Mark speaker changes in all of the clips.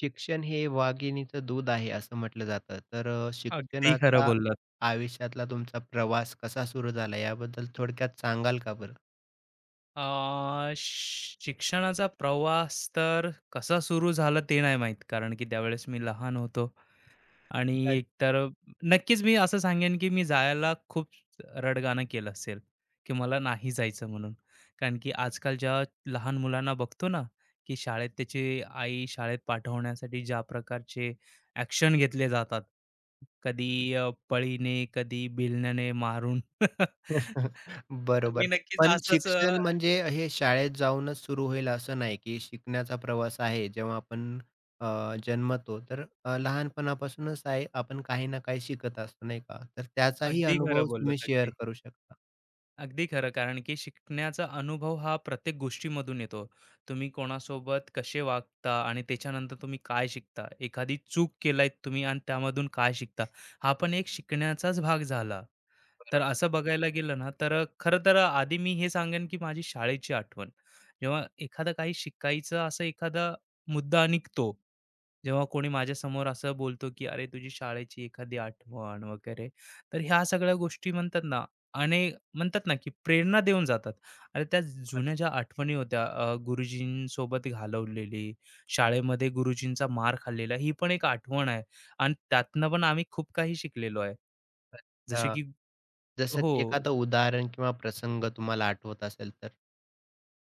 Speaker 1: शिक्षण हे वाघिणीचं दूध आहे असं म्हटलं जातं. तर
Speaker 2: अगदी खरं
Speaker 1: शिक्षणाचा
Speaker 2: बोललात.
Speaker 1: आयुष्यातला तुमचा प्रवास कसा सुरू झाला याबद्दल थोडक्यात सांगाल का बरं?
Speaker 2: शिक्षणाचा प्रवास तर कसा सुरू झाला ते नाही माहीत. कारण की त्यावेळेस मी लहान होतो आणि
Speaker 1: अच्छा.
Speaker 2: एकतर नक्कीच मी असं सांगेन की मी जायला खूप रडगाणं केलं असेल, की मला नाही जायचं म्हणून. कारण की आजकाल आजकालच्या लहान मुलांना बघतो ना, की शाळेत त्याची आई शाळेत पाठवण्यासाठी ज्या प्रकारचे ॲक्शन घेतले जातात. कधी पळीने, कधी बिलण्याने मारून. मी
Speaker 1: बरोबर.
Speaker 2: नक्कीच
Speaker 1: पण
Speaker 2: असंच
Speaker 1: शिक्षण म्हणजे हे शाळेत जाऊनच सुरू होईल असं नाही, की शिकण्याचा प्रवास आहे जेव्हा आपण अ, जन्मतो तर लहानपणापासूनच आहे आपण काही ना काही शिकत असतो नाही का? तर त्याचाही
Speaker 2: अगदी खरं
Speaker 1: अनुभव तुम्ही
Speaker 2: बोललात
Speaker 1: शेअर
Speaker 2: अगदी.
Speaker 1: करू शकता.
Speaker 2: अगदी खरं कारण की शिकण्याचा अनुभव हा प्रत्येक गोष्टीमधून येतो. तुम्ही कोणासोबत कसे वागता आणि त्याच्यानंतर तुम्ही काय शिकता? एखादी चूक केलाय तुम्ही आणि त्यामधून काय शिकता? हा पण एक शिकण्याचाच भाग झाला. तर
Speaker 1: बरोबर.
Speaker 2: असं बघायला गेलं ना तर खरं तर आधी मी हे सांगेन की माझी शाळेची आठवण. जेव्हा एखादं काही शिकायचं असं एखादा मुद्दा निघतो जेव्हा कोणी माझ्यासमोर असं बोलतो, की "अरे, तुझी शाळेची एखादी आठवण" वगैरे, तर ह्या सगळ्या गोष्टी म्हणतात ना आणि म्हणतात ना, की प्रेरणा देऊन जातात. अरे, त्या जुन्या ज्या आठवणी होत्या गुरुजींसोबत घालवलेली, शाळेमध्ये गुरुजींचा मार खाल्लेला, ही पण एक आठवण आहे आणि त्यातनं पण आम्ही खूप काही शिकलेलो आहे. जसे
Speaker 1: अच्छा.
Speaker 2: की
Speaker 1: जसं की
Speaker 2: हो.
Speaker 1: एखादं उदाहरण किंवा प्रसंग तुम्हाला आठवत असेल तर?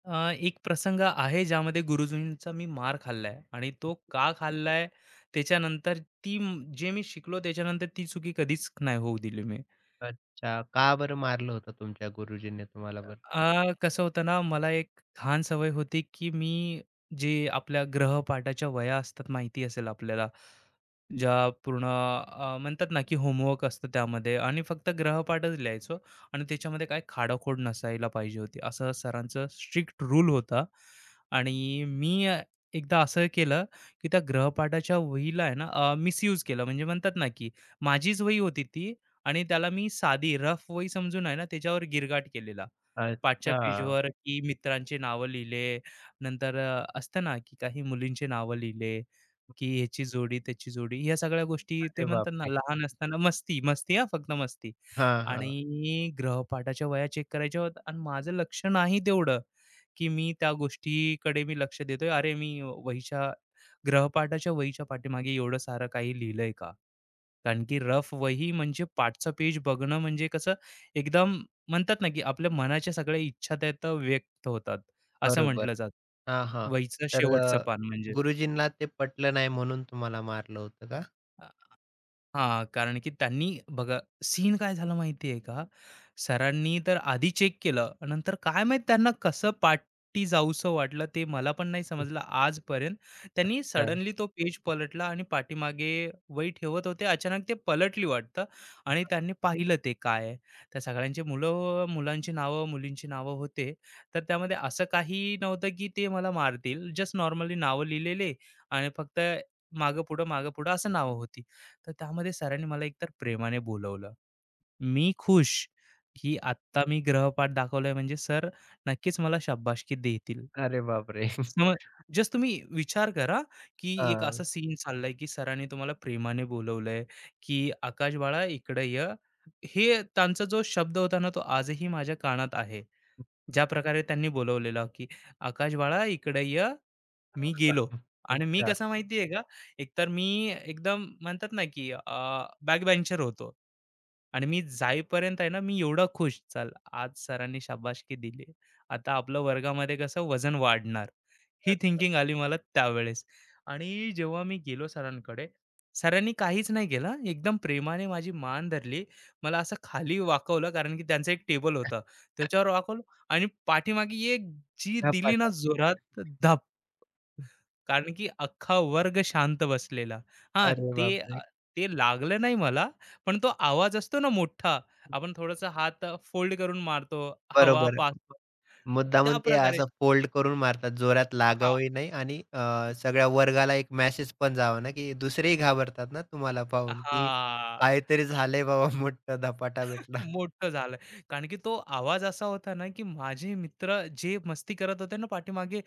Speaker 2: एक प्रसंग आहे ज्यामध्ये गुरुजींचा मी मार खाल्लाय आणि तो का खाल्लाय त्याच्यानंतर जे मी शिकलो त्याच्यानंतर ती चुकी कधीच नाही होऊ दिली मी
Speaker 1: अच्छा. का बरं मारलं होतं तुमच्या गुरुजींनी तुम्हाला बरं?
Speaker 2: अ, कसं होतं ना मला एक घाण सवय होती की मी जे आपल्या ग्रहपाठाच्या वया असतात माहिती असेल आपल्याला ज्या पूर्ण म्हणतात ना की होमवर्क असतं त्यामध्ये आणि फक्त ग्रहपाठच लिहायचो आणि त्याच्यामध्ये काय खाडाखोड नसायला पाहिजे होती असं सरांचं स्ट्रिक्ट रूल होता आणि मी एकदा असं केलं की त्या ग्रहपाठाच्या वहीला आहे ना मिसयूज केलं म्हणजे म्हणतात ना की माझीच वही होती ती आणि त्याला मी साधी रफ वही समजून आहे ना त्याच्यावर गिरगाट केलेला पाठच्या
Speaker 1: अच्छा.
Speaker 2: पेजवर की मित्रांचे नावं लिहिले नंतर असतं ना की काही मुलींचे नावं लिहिले की ह्याची जोडी, त्याची जोडी, ह्या सगळ्या गोष्टी ते
Speaker 1: अरे
Speaker 2: म्हणतात ना,
Speaker 1: बापरे!
Speaker 2: लहान असताना मस्ती, मस्ती हां, फक्त मस्ती.
Speaker 1: हां, हां.
Speaker 2: आणि गृहपाठाच्या वह्या चेक करायच्या होत्या आणि माझं लक्ष नाही तेवढं, की मी त्या गोष्टीकडे मी लक्ष देतोय. अरे, मी वहीच्या गृहपाठाच्या वहीच्या पाठीमागे एवढं सारं काही लिहिलंय का? कारण की रफ वही म्हणजे पाठचं पेज बघणं म्हणजे कसं एकदम म्हणतात ना, की आपल्या मनाच्या सगळ्या इच्छा त्यात व्यक्त होतात, असं
Speaker 1: बरोबर.
Speaker 2: म्हटलं जातं.
Speaker 1: हां, हां.
Speaker 2: वहीचं
Speaker 1: तर
Speaker 2: शेवटचं पान म्हणजे.
Speaker 1: गुरुजींना ते पटलं नाही म्हणून तुम्हाला मारलं होतं का?
Speaker 2: हां, कारण की त्यांनी बघा सीन काय झालं माहिती का? सरांनी तर आधी चेक केलं. नंतर काय माहीत त्यांना कसं पाठी जाऊसं वाटलं ते मला पण नाही समजलं आजपर्यंत. त्यांनी
Speaker 1: अच्छा.
Speaker 2: सडनली तो पेज पलटला आणि पाठीमागे वही ठेवत होते. अचानक ते पलटली वाटतं आणि त्यांनी पाहिलं ते काय आहे. त्या सगळ्यांची मुलांची नावं, मुलींची नावं होते. तर त्यामध्ये असं काही नव्हतं की ते मला मारतील. जस्ट नॉर्मली नावं लिहिलेले आणि फक्त मागं-पुढं, मागं-पुढं असं नावं होती. तर त्यामध्ये सरांनी मला एकतर प्रेमाने बोलवलं. मी खुश, की आत्ता मी ग्रहपाठ दाखवलाय म्हणजे सर नक्कीच मला शाब्बासकी देतील.
Speaker 1: अरे बापरे!
Speaker 2: मग जस्ट तुम्ही विचार करा, की एक
Speaker 1: हां.
Speaker 2: असा सीन चाललाय, की सरांनी तुम्हाला प्रेमाने बोलवलंय, की "आकाश बाळा इकडे ये." हे त्यांचा जो शब्द होता ना, तो आजही माझ्या कानात आहे. ज्याप्रकारे त्यांनी बोलावलेलं, की "आकाश बाळा इकडे ये." मी गेलो आणि मी
Speaker 1: अच्छा.
Speaker 2: कसा माहितीये का, एकतर मी एकदम म्हणतात ना, की बॅक बेंचर होतो आणि मी जाईपर्यंत आहे ना, मी एवढा खुश, चल आज सरांनी शाबासकी दिली. आता आपलं वर्गामध्ये कसं वजन वाढणार, ही
Speaker 1: बरोबर.
Speaker 2: थिंकिंग आली मला त्यावेळेस. आणि जेव्हा मी गेलो सरांकडे, सरांनी काहीच नाही केलं एकदम प्रेमाने माझी मान धरली. मला असं खाली वाकवलं, कारण की त्यांचं एक टेबल होतं. त्याच्यावर वाकवलं आणि पाठीमागे एक जी दिली ना
Speaker 1: धपाटा.
Speaker 2: जोरात कारण की अख्खा वर्ग शांत बसलेला. हां,
Speaker 1: अरे
Speaker 2: ते अ,
Speaker 1: बापरे!
Speaker 2: ते लागलं नाही मला, पण तो आवाज असतो ना मोठा, आपण थोडासा हात फोल्ड करून मारतो, हवा
Speaker 1: बरोबर.
Speaker 2: पास त्या
Speaker 1: मुद्दामून ते
Speaker 2: प्रकारे
Speaker 1: असं फोल्ड करून मारतात. जोरात
Speaker 2: हां,
Speaker 1: लागावंही नाही आणि सगळ्या वर्गाला एक मेसेज पण जावा ना, की दुसरेही घाबरतात ना तुम्हाला पाहून, की
Speaker 2: हां.
Speaker 1: काहीतरी झालंय बाबा मोठा धपाटा भेटला.
Speaker 2: मोठं झालंय. कारण की तो आवाज असा होता ना, की माझे मित्र जे मस्ती करत होते ना पाठीमागे,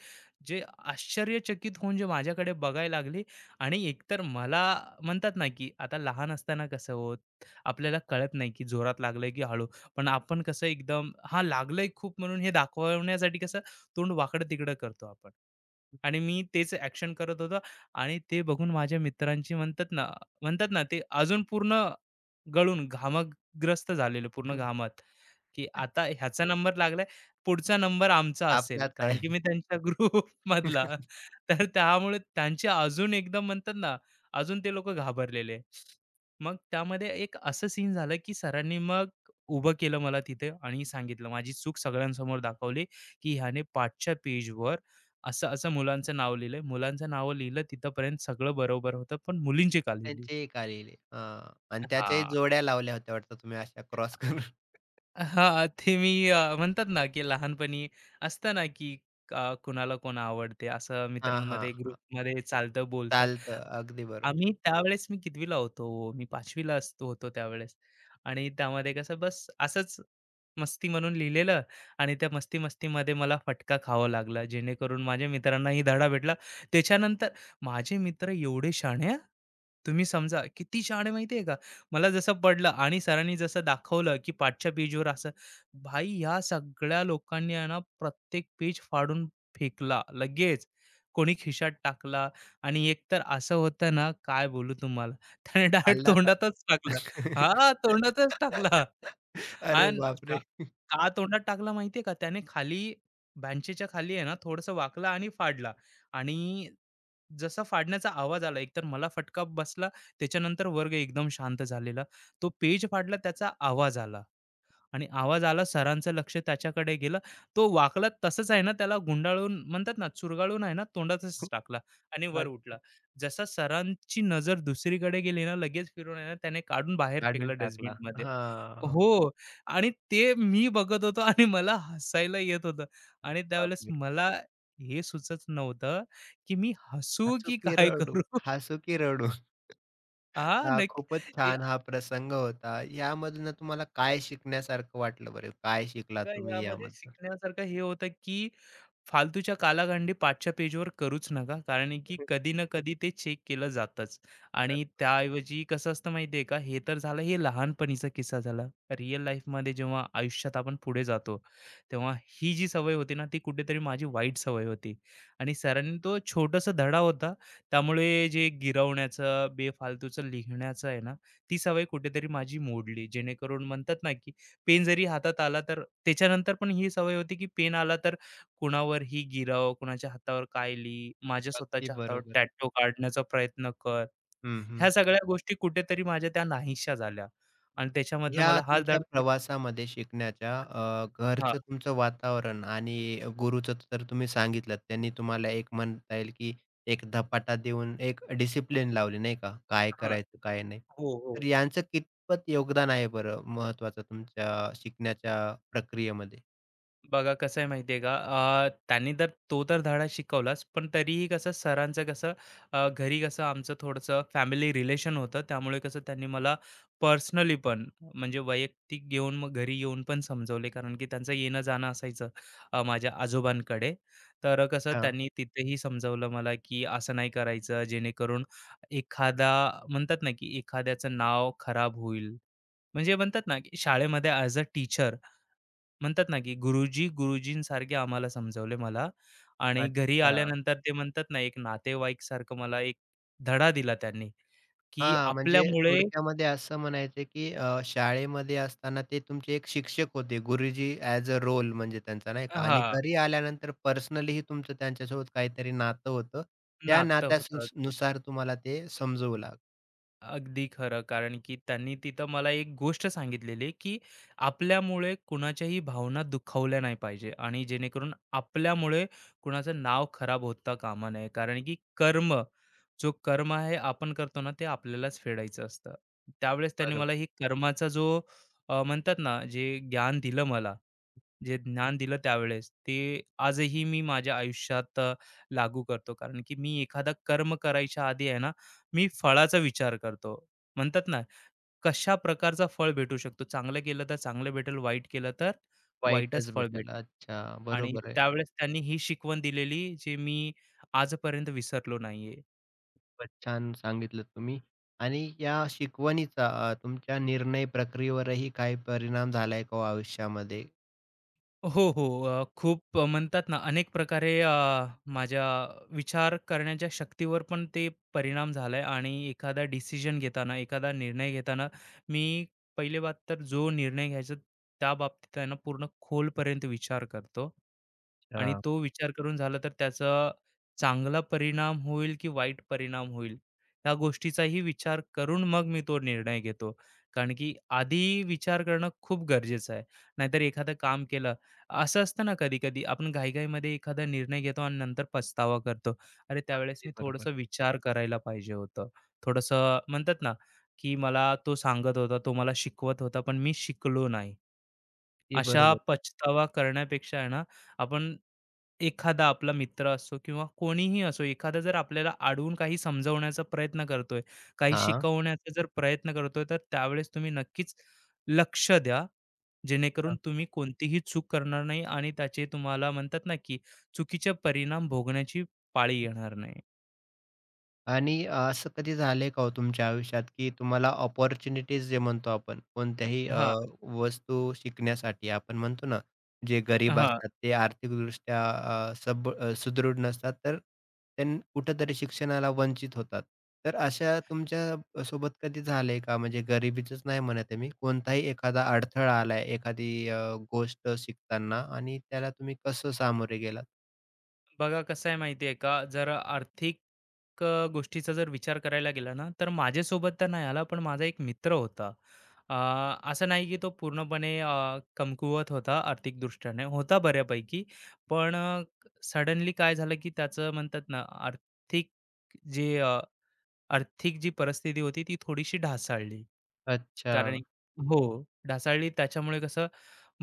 Speaker 2: जे आश्चर्यचकित होऊन जे माझ्याकडे बघायला लागले आणि एकतर मला म्हणतात ना, की आता लहान असताना कसं होत, आपल्याला कळत नाही, की जोरात लागलंय की हळू. पण आपण कसं एकदम हां, लागलंय खूप म्हणून हे दाखवण्यासाठी कसं तोंड वाकडं-तिकडं करतो आपण. आणि मी तेच ॲक्शन करत होतो आणि ते बघून माझ्या मित्रांची म्हणतात ना म्हणतात ना, ते अजून पूर्ण गळून घामा ग्रस्त झालेलो पूर्ण घामात, की आता ह्याचा नंबर लागलाय, पुढचा नंबर आमचा असेल.
Speaker 1: आपलाच
Speaker 2: कारण
Speaker 1: आहे.
Speaker 2: की मी त्यांच्या ग्रुपमधला. तर त्यामुळे त्यांचे अजून एकदम म्हणतात ना, अजून ते लोकं घाबरलेले. मग त्यामध्ये एक असं सीन झालं, की सरांनी मग उभं केलं मला तिथे आणि सांगितलं, माझी चूक सगळ्यांसमोर दाखवली, की ह्याने पाठच्या पेजवर असं-असं मुलांचं नाव लिहिलंय. मुलांचं नाव लिहिलं तिथपर्यंत सगळं बरोबर होतं, पण मुलींची का लिहिली?
Speaker 1: त्यांचेही कार्य लिहिले. हां. आणि त्याच्याही
Speaker 2: हां.
Speaker 1: जोड्या लावल्या होत्या वाटतं तुम्ही अशा क्रॉस करून.
Speaker 2: हां, ते मी म्हणतात ना, की लहानपणी असतं ना, की कुणाला कोण आवडते असं
Speaker 1: हां, हां,
Speaker 2: मित्रांमध्ये
Speaker 1: हां.
Speaker 2: ग्रुपमध्ये चालतं बोलतं.
Speaker 1: चालतं. अगदी बरोबर.
Speaker 2: आम्ही त्यावेळेस मी कितवीला होतो? मी 5वी असतो होतो त्यावेळेस आणि त्यामध्ये कसं बस असंच मस्ती म्हणून लिहिलेलं आणि त्या मस्ती-मस्तीमध्ये मला फटका खावा लागला. जेणेकरून माझ्या मित्रांनाही धडा भेटला. त्याच्यानंतर माझे मित्र एवढे शहाणे हां, तुम्ही समजा किती शहाणे माहिती आहे का? मला जसं पडलं आणि सरांनी जसं दाखवलं, की पाठच्या पेजवर असं भाई ह्या सगळ्या लोकांनी आहे ना प्रत्येक पेज फाडून फेकला लगेच. कोणी खिशात टाकला आणि एक तर असं होतं ना काय बोलू तुम्हाला त्याने डायरेक्ट
Speaker 1: खाल्ला का?
Speaker 2: तोंडातच टाकलं. हां, तोंडातच टाकला
Speaker 1: अरे
Speaker 2: अन् का
Speaker 1: बापरे!
Speaker 2: का तोंडात टाकला माहिती का? त्याने खाली बेंचच्या खाली आहे ना थोडंसं वाकला आणि फाडला आणि जसा फाडण्याचा आवाज आला एकतर मला फटका बसला त्याच्यानंतर वर्ग एकदम शांत झालेला तो पेज फाडला त्याचा आवाज आला आणि आवाज आला सरांचं लक्ष त्याच्याकडे गेलं तो वाकला तसंच आहे ना त्याला गुंडाळून म्हणतात ना चुरगाळून आहे ना तोंडातच टाकला आणि वर
Speaker 1: आज
Speaker 2: उठला जसा सरांची नजर दुसरीकडे गेली ना लगेच फिरून आहे ना त्याने काढून बाहेर
Speaker 1: काढून
Speaker 2: फेकला
Speaker 1: टाकला.
Speaker 2: डस्टबिन
Speaker 1: हां.
Speaker 2: हो. आणि ते मी बघत होतो आणि मला हसायला येत होतं
Speaker 1: अरे
Speaker 2: आणि त्यावेळेस
Speaker 1: बापरे!
Speaker 2: मला हे सुचत नव्हतं, की मी हसू
Speaker 1: हसू
Speaker 2: की
Speaker 1: की
Speaker 2: काय
Speaker 1: रडू,
Speaker 2: करू?
Speaker 1: हसू की रडू.
Speaker 2: हां,
Speaker 1: हां,
Speaker 2: नक्की.
Speaker 1: खूपच
Speaker 2: ते
Speaker 1: छान हा प्रसंग होता. यामधनं तुम्हाला काय शिकण्यासारखं वाटलं बरं? काय शिकला
Speaker 2: बघा
Speaker 1: तुम्ही
Speaker 2: ह्यामध्ये
Speaker 1: यामधनं?
Speaker 2: शिकण्यासारखं हे होतं, की फालतूच्या कालागांडी पाठच्या पेजवर करूच नका. कारण की कधी ना कधी ते चेक केलं जातंच आणि
Speaker 1: बरोबर.
Speaker 2: त्याऐवजी कसं असतं माहिती आहे का, हे तर झालं हे लहानपणीचा किस्सा झाला. रिअल लाईफमध्ये जेव्हा आयुष्यात आपण पुढे जातो, तेव्हा ही जी सवय होती ना, ती कुठेतरी माझी वाईट सवय होती आणि सरांनी तो छोटासा धडा होता. त्यामुळे जे गिरवण्याचं, बेफालतूचं लिहिण्याचं आहे ना, ती सवय कुठेतरी माझी मोडली. जेणेकरून म्हणतात ना, की पेन जरी हातात आला, तर त्याच्यानंतर पण ही सवय होती, की पेन आला तर कुणावरही गिराव, कुणाच्या हातावर काय लिही, माझ्या
Speaker 1: अगदी
Speaker 2: स्वतःच्या हातावर
Speaker 1: बरोबर.
Speaker 2: टॅटू काढण्याचा प्रयत्न कर.
Speaker 1: हं, हं.
Speaker 2: ह्या सगळ्या गोष्टी कुठेतरी माझ्या त्या नाहीशा झाल्या आणि त्याच्यामधनं
Speaker 1: ह्या
Speaker 2: मला हा
Speaker 1: तुमच्या
Speaker 2: धड
Speaker 1: प्रवासामध्ये शिकण्याच्या
Speaker 2: हां,
Speaker 1: घरचं तुमचं वातावरण आणि गुरुचं तर तुम्ही सांगितलंत. त्यांनी तुम्हाला एक म्हणता येईल की एक धपाटा देऊन एक डिसिप्लिन लावली नाही का? काय
Speaker 2: हां.
Speaker 1: करायचं, काय नाही.
Speaker 2: हो, हो.
Speaker 1: तर यांचं कितपत योगदान आहे बरं महत्त्वाचं तुमच्या शिकण्याच्या प्रक्रियेमध्ये?
Speaker 2: बघा कसं आहे माहिती का त्यांनी तर तो तर धडा शिकवलाच पण तरीही कसं सरांचं कसं घरी कसं आमचं थोडंसं फॅमिली रिलेशन होतं त्यामुळे कसं त्यांनी मला पर्सनली पण म्हणजे वैयक्तिक घेऊन मग घरी येऊन पण समजवले कारण की त्यांचं येणं जाणं असायचं माझ्या आजोबांकडे तर कसं
Speaker 1: हां,
Speaker 2: त्यांनी तिथेही समजवलं मला की असं नाही करायचं जेणेकरून एखादा म्हणतात ना की एखाद्याचं नाव खराब होईल म्हणजे म्हणतात ना की शाळेमध्ये ॲज अ टीचर म्हणतात ना, की गुरुजी गुरुजींसारखे आम्हाला समजवले मला आणि घरी
Speaker 1: अच्छा.
Speaker 2: आल्यानंतर ते म्हणतात ना, एक नातेवाईकसारखं मला एक धडा दिला त्यांनी, की
Speaker 1: हां, म्हणजे
Speaker 2: आपल्यामुळे
Speaker 1: थोडक्यामध्ये असं म्हणायचं की शाळेमध्ये असताना ते तुमचे एक शिक्षक होते. गुरुजी ॲज अ रोल म्हणजे त्यांचा नाही का आणि
Speaker 2: हां,
Speaker 1: घरी आल्यानंतर पर्सनलीही तुमचं त्यांच्यासोबत काहीतरी नातं होतं. त्या
Speaker 2: नातं होतं.
Speaker 1: नुसार तुम्हाला ते समजवू लागलं.
Speaker 2: अगदी खरं. कारण की त्यांनी तिथं मला एक गोष्ट सांगितलेली, की आपल्यामुळे कुणाच्याही भावना दुखावल्या नाही पाहिजे आणि जेणेकरून आपल्यामुळे कुणाचं नाव खराब होता कामा नये. कारण की कर्म, जो कर्म आहे आपण करतो ना, ते आपल्यालाच फेडायचं असतं. त्यावेळेस त्यांनी मला
Speaker 1: बरोबर.
Speaker 2: ही कर्माचा जो म्हणतात ना, जे ज्ञान दिलं मला, जे ज्ञान दिलं त्यावेळेस, ते आजही मी माझ्या आयुष्यात लागू करतो. कारण की मी एखादा कर्म करायच्या आधी आहे ना, मी फळाचा विचार करतो. म्हणतात ना, कशा प्रकारचं फळ भेटू शकतो. चांगलं केलं तर चांगलं भेटेल, वाईट केलं तर वाईटच
Speaker 1: वाईटच
Speaker 2: फळ
Speaker 1: भेटेल.
Speaker 2: भेटेल.
Speaker 1: अच्छा,
Speaker 2: आणि
Speaker 1: बरोबर आहे.
Speaker 2: त्यावेळेस त्यांनी ही शिकवण दिलेली, जे मी आजपर्यंत विसरलो नाहीये.
Speaker 1: खूपच छान सांगितलं तुम्ही आणि या शिकवणीचा तुमच्या निर्णय प्रक्रियेवरही काही परिणाम झालाय का हो आयुष्यामध्ये?
Speaker 2: हो, हो. खूप म्हणतात ना, अनेक प्रकारे माझ्या विचार करण्याच्या शक्तीवर पण ते परिणाम झालाय आणि एखादा डिसिजन घेताना, एखादा निर्णय घेताना, मी पहिली बात तर जो निर्णय घ्यायचा त्या बाबतीत आहे ना, पूर्ण खोलपर्यंत विचार करतो आणि
Speaker 1: अच्छा.
Speaker 2: तो विचार करून झाला तर त्याचा चांगला परिणाम होईल की वाईट परिणाम होईल, या गोष्टीचाही विचार करून मग मी तो निर्णय घेतो. कारण की आधी विचार करणं खूप गरजेचं आहे. नाहीतर एखादं काम केलं असं असतं ना कधी-कधी आपण घाईघाईमध्ये एखादा निर्णय घेतो आणि नंतर पछतावा करतो. अरे, त्यावेळेस
Speaker 1: अगदी
Speaker 2: मी
Speaker 1: बरोबर.
Speaker 2: थोडंसं विचार करायला पाहिजे होतं. थोडंसं म्हणतात ना, की मला तो सांगत होता, तो मला शिकवत होता, पण मी शिकलो नाही.
Speaker 1: ते
Speaker 2: अशा
Speaker 1: बरोबर.
Speaker 2: पछतावा करण्यापेक्षा आहे ना, आपण एखादा आपला मित्र असो किंवा कोणीही असो, एखादा जर आपल्याला अडवून काही समजवण्याचा प्रयत्न करतोय, काही
Speaker 1: हां.
Speaker 2: शिकवण्याचा जर प्रयत्न करतोय, तर त्यावेळेस तुम्ही नक्कीच लक्ष द्या. जेणेकरून
Speaker 1: हां.
Speaker 2: तुम्ही कोणतीही चूक करणार नाही आणि त्याचे तुम्हाला म्हणतात ना, की चुकीचे परिणाम भोगण्याची पाळी येणार नाही.
Speaker 1: आणि असं कधी झालंय का हो तुमच्या आयुष्यात, की तुम्हाला अपॉर्च्युनिटीज जे म्हणतो आपण कोणत्याही
Speaker 2: हां,
Speaker 1: वस्तू शिकण्यासाठी आपण म्हणतो ना, जे गरीब
Speaker 2: हां.
Speaker 1: असतात ते आर्थिकदृष्ट्या सुदृढ नसतात, तर त्यां कुठेतरी शिक्षणाला वंचित होतात. तर अशा तुमच्या सोबत कधी झालंय का? म्हणजे गरिबीचंच नाही म्हणत आहे मी, कोणताही एखादा अडथळा आलाय एखादी गोष्ट शिकताना आणि त्याला तुम्ही कसं सामोरे गेलात?
Speaker 2: बघा कसं आहे माहिती आहे का जर आर्थिक गोष्टीचा जर विचार करायला गेला ना तर माझ्यासोबत तर नाही आला पण माझा एक मित्र होता अ, असं नाही की तो पूर्णपणे कमकुवत होता आर्थिक दृष्ट्याने होता बऱ्यापैकी पण सडनली काय झालं की त्याचं म्हणतात ना जे आर्थिक जी परिस्थिती होती ती थोडीशी ढासाळली.
Speaker 1: अच्छा.
Speaker 2: कारण हो, ढासाळली त्याच्यामुळे कसं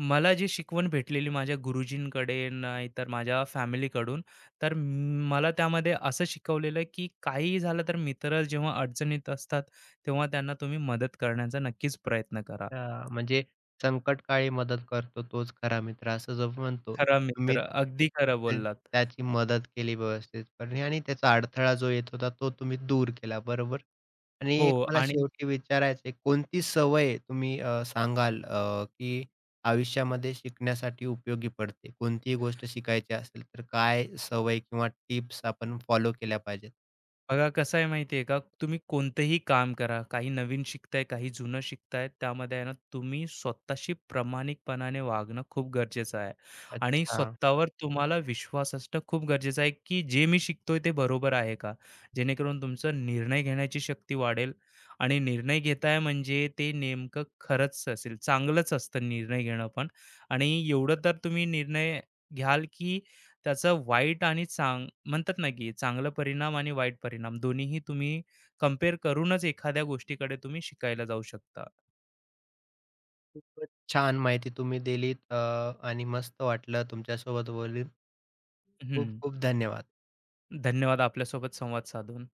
Speaker 2: मला जी शिकवण भेटलेली माझ्या गुरुजींकडे नाहीतर माझ्या फॅमिलीकडून, तर मला त्यामध्ये असं शिकवलेलं आहे, की काहीही झालं तर मित्र जेव्हा अडचणीत असतात, तेव्हा त्यांना तुम्ही मदत करण्याचा नक्कीच प्रयत्न करा.
Speaker 1: अच्छा, म्हणजे संकटकाळी मदत करतो तोच खरा मित्र असं जो म्हणतो.
Speaker 2: खरा
Speaker 1: तुम्ही
Speaker 2: मित्र, अगदी खरं
Speaker 1: अ,
Speaker 2: बोललात.
Speaker 1: त्याची मदत केली व्यवस्थितपणे आणि त्याचा अडथळा जो येत होता तो तुम्ही दूर केला, बरोबर? आणि
Speaker 2: हो
Speaker 1: एक मला
Speaker 2: आणि
Speaker 1: शेवटी विचारायचं आहे, कोणती सवय तुम्ही सांगाल की आयुष्यामध्ये शिकण्यासाठी उपयोगी पडते? कोणतीही गोष्ट शिकायची असेल तर काय सवय किंवा टिप्स आपण फॉलो केल्या पाहिजेत?
Speaker 2: बघा कसं आहे माहिती आहे का, तुम्ही कोणतंही काम करा, काही नवीन शिकताय, काही जुनं शिकताय, त्यामध्ये आहे ना तुम्ही स्वतःशी प्रामाणिकपणाने वागणं खूप गरजेचं आहे आणि
Speaker 1: अच्छा.
Speaker 2: स्वतःवर तुम्हाला विश्वास असणं खूप गरजेचं आहे, की जे मी शिकतोय ते बरोबर आहे का? जेणेकरून तुमचं निर्णय घेण्याची शक्ती वाढेल आणि निर्णय घेताय म्हणजे ते नेमकं खरंच असेल, चांगलंच असतं निर्णय घेणं पण आणि एवढं तर तुम्ही निर्णय घ्याल की त्याचा वाईट आणि चांग म्हणतात ना, की चांगला परिणाम आणि वाईट परिणाम दोन्हीही तुम्ही कंपेअर करूनच एखाद्या गोष्टीकडे तुम्ही शिकायला जाऊ शकता.
Speaker 1: खूपच छान माहिती तुम्ही दिलीत आणि मस्त वाटलं तुमच्यासोबत बोलून. खूप
Speaker 2: हं.
Speaker 1: खूप धन्यवाद.
Speaker 2: धन्यवाद आपल्यासोबत संवाद साधून.